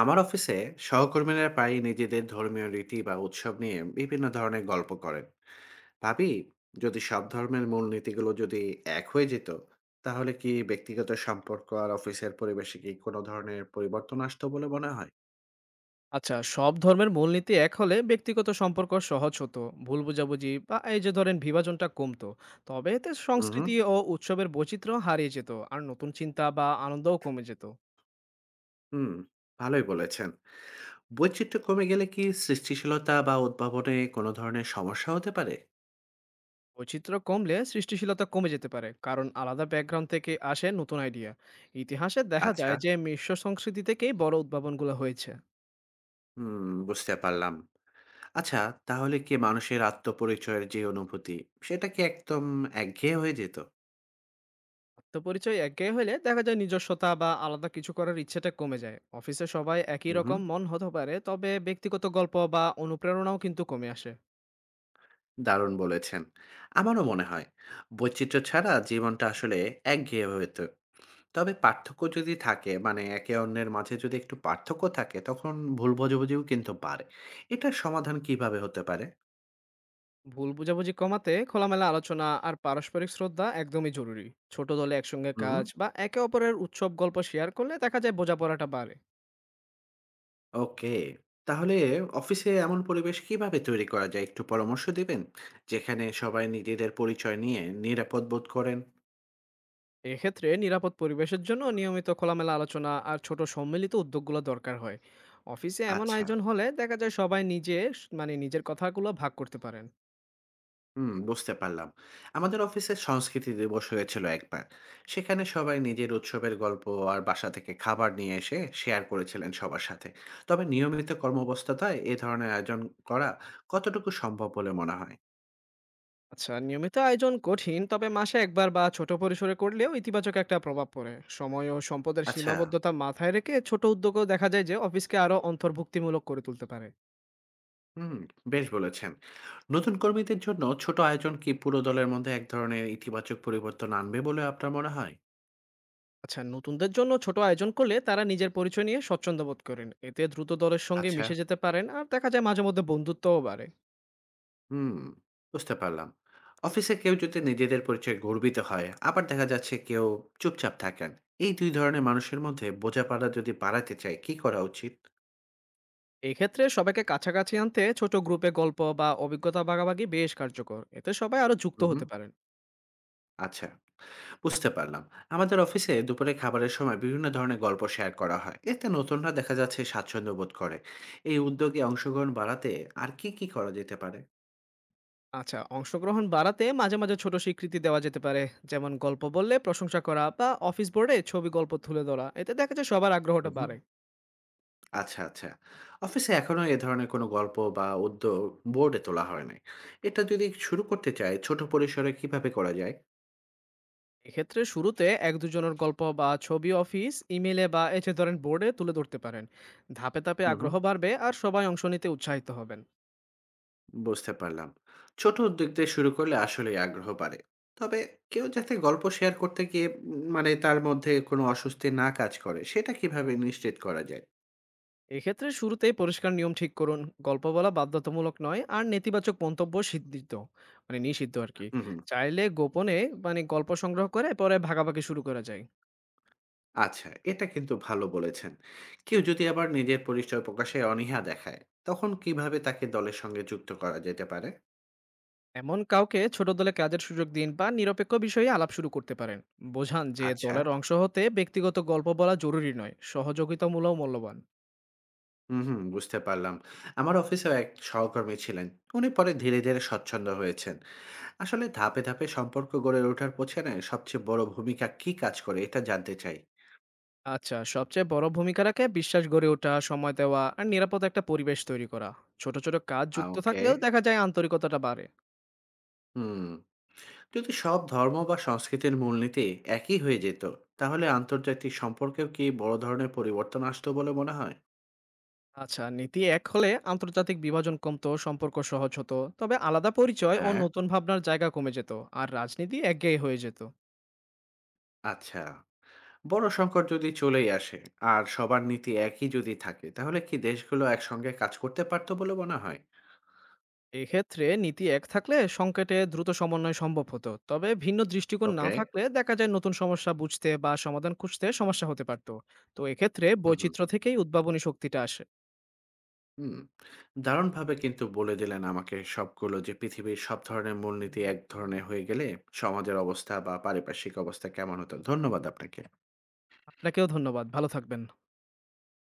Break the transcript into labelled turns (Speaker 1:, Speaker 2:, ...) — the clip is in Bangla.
Speaker 1: আমার অফিসে সহকর্মীরা প্রায়ই নিজেদের ধর্মীয় রীতি বা উৎসব নিয়ে বিভিন্ন ধরনের গল্প করেন। ভাবি, যদি সব ধর্মের মূল নীতিগুলো এক হয়ে যেত, তাহলে কি ব্যক্তিগত সম্পর্ক আর অফিসের পরিবেশে কি কোনো ধরনের পরিবর্তন আসতো বলে মনে হয়?
Speaker 2: আচ্ছা, সব ধর্মের মূলনীতি এক হলে ব্যক্তিগত সম্পর্ক সহজ হতো। ভুল বোঝাবুঝি বা এই যে ধরেন বিভাজনটা কমতো। তবে এতে
Speaker 1: হুম,
Speaker 2: সংস্কৃতি ও উৎসবের বৈচিত্র্য হারিয়ে যেত আর নতুন চিন্তা বা আনন্দও কমে যেত।
Speaker 1: হুম, ভালোই বলেছেন। বৈচিত্র্য কমে গেলে কি সৃষ্টিশীলতা বা উদ্ভাবনে কোনো ধরনের সমস্যা হতে পারে?
Speaker 2: বৈচিত্র্য কমলে সৃষ্টিশীলতা কমে যেতে পারে, কারণ আলাদা ব্যাকগ্রাউন্ড থেকে আসে নতুন আইডিয়া। ইতিহাসে দেখা
Speaker 1: আচ্ছা,
Speaker 2: যায় যে মিশ্র সংস্কৃতি থেকেই বড় উদ্ভাবনগুলো হয়েছে।
Speaker 1: হুম, বুঝতে পারলাম। আচ্ছা, তাহলে কি মানুষের আত্মপরিচয়ের যে অনুভূতি, সেটা কি একদম একঘেয়ে হয়ে যেত?
Speaker 2: আত্মপরিচয় একঘেয়ে হলে দেখা যায় নিজস্বতা বা আলাদা কিছু করার ইচ্ছেটা কমে যায়, অফিসে সবাই একই
Speaker 1: হুম,
Speaker 2: রকম
Speaker 1: হুম।
Speaker 2: মন হতে পারে, তবে ব্যক্তিগত গল্প বা অনুপ্রেরণাও কিন্তু কমে আসে।
Speaker 1: দারুণ বলেছেন। আমারও মনে হয় বৈচিত্র্য ছাড়া জীবনটা আসলে একঘেয়ে হয়ে যেত। তবে পার্থক্য যদি থাকে, মানে একে অন্যের মাঝে যদি একটু পার্থক্য থাকে, তখন ভুল বোঝাবুঝিও কিন্তু বাড়ে। এটার সমাধান কিভাবে হতে পারে?
Speaker 2: ভুল বোঝাবুঝি কমাতে খোলামেলা আলোচনা আর পারস্পরিক শ্রদ্ধা একদমই জরুরি। ছোট দলে একসঙ্গে
Speaker 1: হুম,
Speaker 2: কাজ বা একে অপরের উৎসব গল্প শেয়ার করলে দেখা যায় বোঝাপড়াটা বাড়ে।
Speaker 1: ওকে। তাহলে অফিসে এমন পরিবেশ কিভাবে তৈরি করা যায়, একটু পরামর্শ দিবেন? যেখানে সবাই নিজেদের পরিচয় নিয়ে নিরাপদ বোধ করেন?
Speaker 2: এক্ষেত্রে নিরাপদ পরিবেশের জন্য নিয়মিত খোলামেলা আলোচনা আর ছোট সম্মিলিত উদ্যোগগুলো দরকার হয়। অফিসে এমন
Speaker 1: আচ্ছা।
Speaker 2: আয়োজন হলে দেখা যায় সবাই নিজে মানে নিজের কথাগুলো ভাগ করতে পারেন।
Speaker 1: হুম, বুঝতে পারলাম। আমাদের অফিসে সংস্কৃতি দিবস হয়েছিল একবার। সেখানে সবাই নিজের উৎসবের গল্প আর বাসা থেকে খাবার নিয়ে এসে শেয়ার করেছিলেন সবার সাথে। তবে নিয়মিত কর্মব্যস্ততায় এ ধরনের আয়োজন করা কতটুকু সম্ভব বলে মনে হয়?
Speaker 2: আচ্ছা, নিয়মিত আয়োজন কঠিন, তবে মাসে একবার বা ছোট পরিসরে করলেও ইতিবাচক একটা প্রভাব পড়ে। সময় ও সম্পদের
Speaker 1: আচ্ছা,
Speaker 2: সীমাবদ্ধতা মাথায় রেখে ছোট উদ্যোগও দেখা যায় যে অফিসকে আরো অন্তর্ভুক্তিমূলক করে তুলতে পারে।
Speaker 1: হুম, বেশ বলেছেন। নতুন কর্মীদের জন্য ছোট আয়োজন কি পুরো দলের মধ্যে এক ধরনের ইতিবাচক পরিবর্তন আনবে বলে আপনার মনে হয়?
Speaker 2: আচ্ছা, নতুনদের জন্য ছোট আয়োজন করলে তারা নিজের পরিচয় নিয়ে স্বচ্ছন্দ বোধ করেন, এতে দ্রুত দলের সঙ্গে
Speaker 1: আচ্ছা।
Speaker 2: মিশে যেতে পারেন আর দেখা যায় মাঝে মধ্যে বন্ধুত্বও বাড়ে।
Speaker 1: হুম, বুঝতে পারলাম। অফিসে কেউ যদি নিজেদের পরিচয়ে গর্বিত হয়, আবার দেখা যাচ্ছে কেউ চুপচাপ থাকেন। এই ২ ধরনের মানুষের মধ্যে বোঝাপড়া যদি বাড়াতে চাই, কি করা উচিত?
Speaker 2: এক্ষেত্রে সবাইকে কাছাকাছি আনতে ছোট গ্রুপে গল্প বা অভিজ্ঞতা ভাগাভাগি বেশ কার্যকর, এতে সবাই আরো যুক্ত
Speaker 1: হু, হুম,
Speaker 2: হতে পারেন।
Speaker 1: আচ্ছা, বুঝতে পারলাম। আমাদের অফিসে দুপুরে খাবারের সময় বিভিন্ন ধরনের গল্প শেয়ার করা হয়। এতে নতুনরা দেখা যাচ্ছে স্বাচ্ছন্দ্য বোধ করে। এই উদ্যোগে অংশগ্রহণ বাড়াতে আর কি করা যেতে পারে?
Speaker 2: আচ্ছা, অংশগ্রহণ বাড়াতে মাঝে মাঝে ছোট স্বীকৃতি দেওয়া যেতে পারে। যেমন গল্প বললে প্রশংসা করা বা অফিস বোর্ডে ছবি গল্প তুলে ধরা। এতে দেখা যায় সবার
Speaker 1: হু,
Speaker 2: আগ্রহটা
Speaker 1: হুম।
Speaker 2: বাড়ে।
Speaker 1: আচ্ছা, আচ্ছা। অফিসে এখনো এ ধরনের কোনো গল্প বা উদ্যোগ বোর্ডে তোলা হয় নাই। এটা যদি শুরু করতে চাই, ছোট পরিসরে কিভাবে করা যায়?
Speaker 2: এক্ষেত্রে শুরুতে ১-২ জনের গল্প বা ছবি অফিস, ইমেইলে বা এই যে ধরেন বোর্ডে তুলে ধরতে পারেন। ধাপে ধাপে
Speaker 1: হুম, হুম।
Speaker 2: আগ্রহ বাড়বে আর সবাই অংশ নিতে উৎসাহিত হবেন।
Speaker 1: বুঝতে পারলাম। ছোট উদ্যোগ দিয়ে শুরু করলে আসলেই আগ্রহ বাড়ে। তবে কেউ যাতে গল্প শেয়ার করতে গিয়ে মানে তার মধ্যে কোনো অস্বস্তি না কাজ করে, সেটা কিভাবে নিশ্চিত করা যায়?
Speaker 2: এক্ষেত্রে শুরুতেই পরিষ্কার নিয়ম ঠিক করুন। গল্প বলা বাধ্যতামূলক নয় আর নেতিবাচক মন্তব্য সিদ্ধিত মানে নিষিদ্ধ আরকি।
Speaker 1: হুম, হুম।
Speaker 2: চাইলে গোপনে মানে গল্প সংগ্রহ করে পরে ভাগাভাগি শুরু করা যায়।
Speaker 1: আচ্ছা, এটা কিন্তু ভালো বলেছেন। কেউ যদি আবার নিজের পরিচয় প্রকাশে অনীহা দেখায়, তখন কিভাবে তাকে দলের সঙ্গে যুক্ত করা যেতে পারে?
Speaker 2: এমন কাউকে ছোট দলে কাজের সুযোগ দিন বা নিরপেক্ষ বিষয়ে আলাপ শুরু করতে পারেন। বোঝান যে
Speaker 1: আচ্ছা।
Speaker 2: দলের অংশ হতে ব্যক্তিগত গল্প বলা জরুরি নয়, সহযোগিতামূলক মূল্যবান।
Speaker 1: হুম, হুম, বুঝতে পারলাম। আমার অফিসেও এক সহকর্মী ছিলেন। উনি পরে ধীরে, ধীরে স্বচ্ছন্দ হয়েছেন। আসলে ধাপে, ধাপে সম্পর্ক গড়ে ওঠার পেছনে সবচেয়ে বড় ভূমিকা কি কাজ করে, এটা জানতে চাই।
Speaker 2: আচ্ছা, সবচেয়ে বড় ভূমিকা রাখে বিশ্বাস গড়ে ওঠা, সময় দেওয়া আর নিরাপদ একটা পরিবেশ তৈরি করা। ছোট ছোট কাজ যুক্ত
Speaker 1: ওকে।
Speaker 2: থাকলেও দেখা যায় আন্তরিকতাটা বাড়ে।
Speaker 1: হুম। যদি সব ধর্ম বা সংস্কৃতির মূলনীতি একই হয়ে যেত, তাহলে আন্তর্জাতিক সম্পর্কেও কি বড় ধরনের পরিবর্তন আসতো বলে মনে হয়?
Speaker 2: আচ্ছা, নীতি এক হলে আন্তর্জাতিক বিভাজন কমতো, সম্পর্ক সহজ হতো, তবে আলাদা পরিচয় ও
Speaker 1: হ্যাঁ,
Speaker 2: নতুন ভাবনার জায়গা কমে যেত আর রাজনীতি একঘেয়ে হয়ে যেত।
Speaker 1: আচ্ছা। বড় সংকট যদি চলেই আসে আর সবার নীতি একই যদি থাকে, তাহলে কি দেশগুলো একসঙ্গে কাজ করতে পারত বলে মনে হয়?
Speaker 2: এক্ষেত্রে নীতি এক থাকলে সংকেতে দ্রুত সমন্বয় সম্ভব হতো, তবে ভিন্ন দৃষ্টিকোণ না
Speaker 1: ওকে।
Speaker 2: থাকলে দেখা যায় নতুন সমস্যা বুঝতে বা সমাধান খুঁজতে সমস্যা হতে পারতো। তো এক্ষেত্রে
Speaker 1: হুম, হুম।
Speaker 2: বৈচিত্র্য থেকেই উদ্ভাবনী শক্তিটা আসে।
Speaker 1: হুম, দারুণভাবে কিন্তু বলে দিলেন আমাকে সবগুলো, যে পৃথিবীর সব ধরনের মূলনীতি এক ধরনের হয়ে গেলে সমাজের অবস্থা বা পারিপার্শ্বিক অবস্থা কেমন হতো। ধন্যবাদ আপনাকে।
Speaker 2: আপনাকেও ধন্যবাদ, ভালো থাকবেন।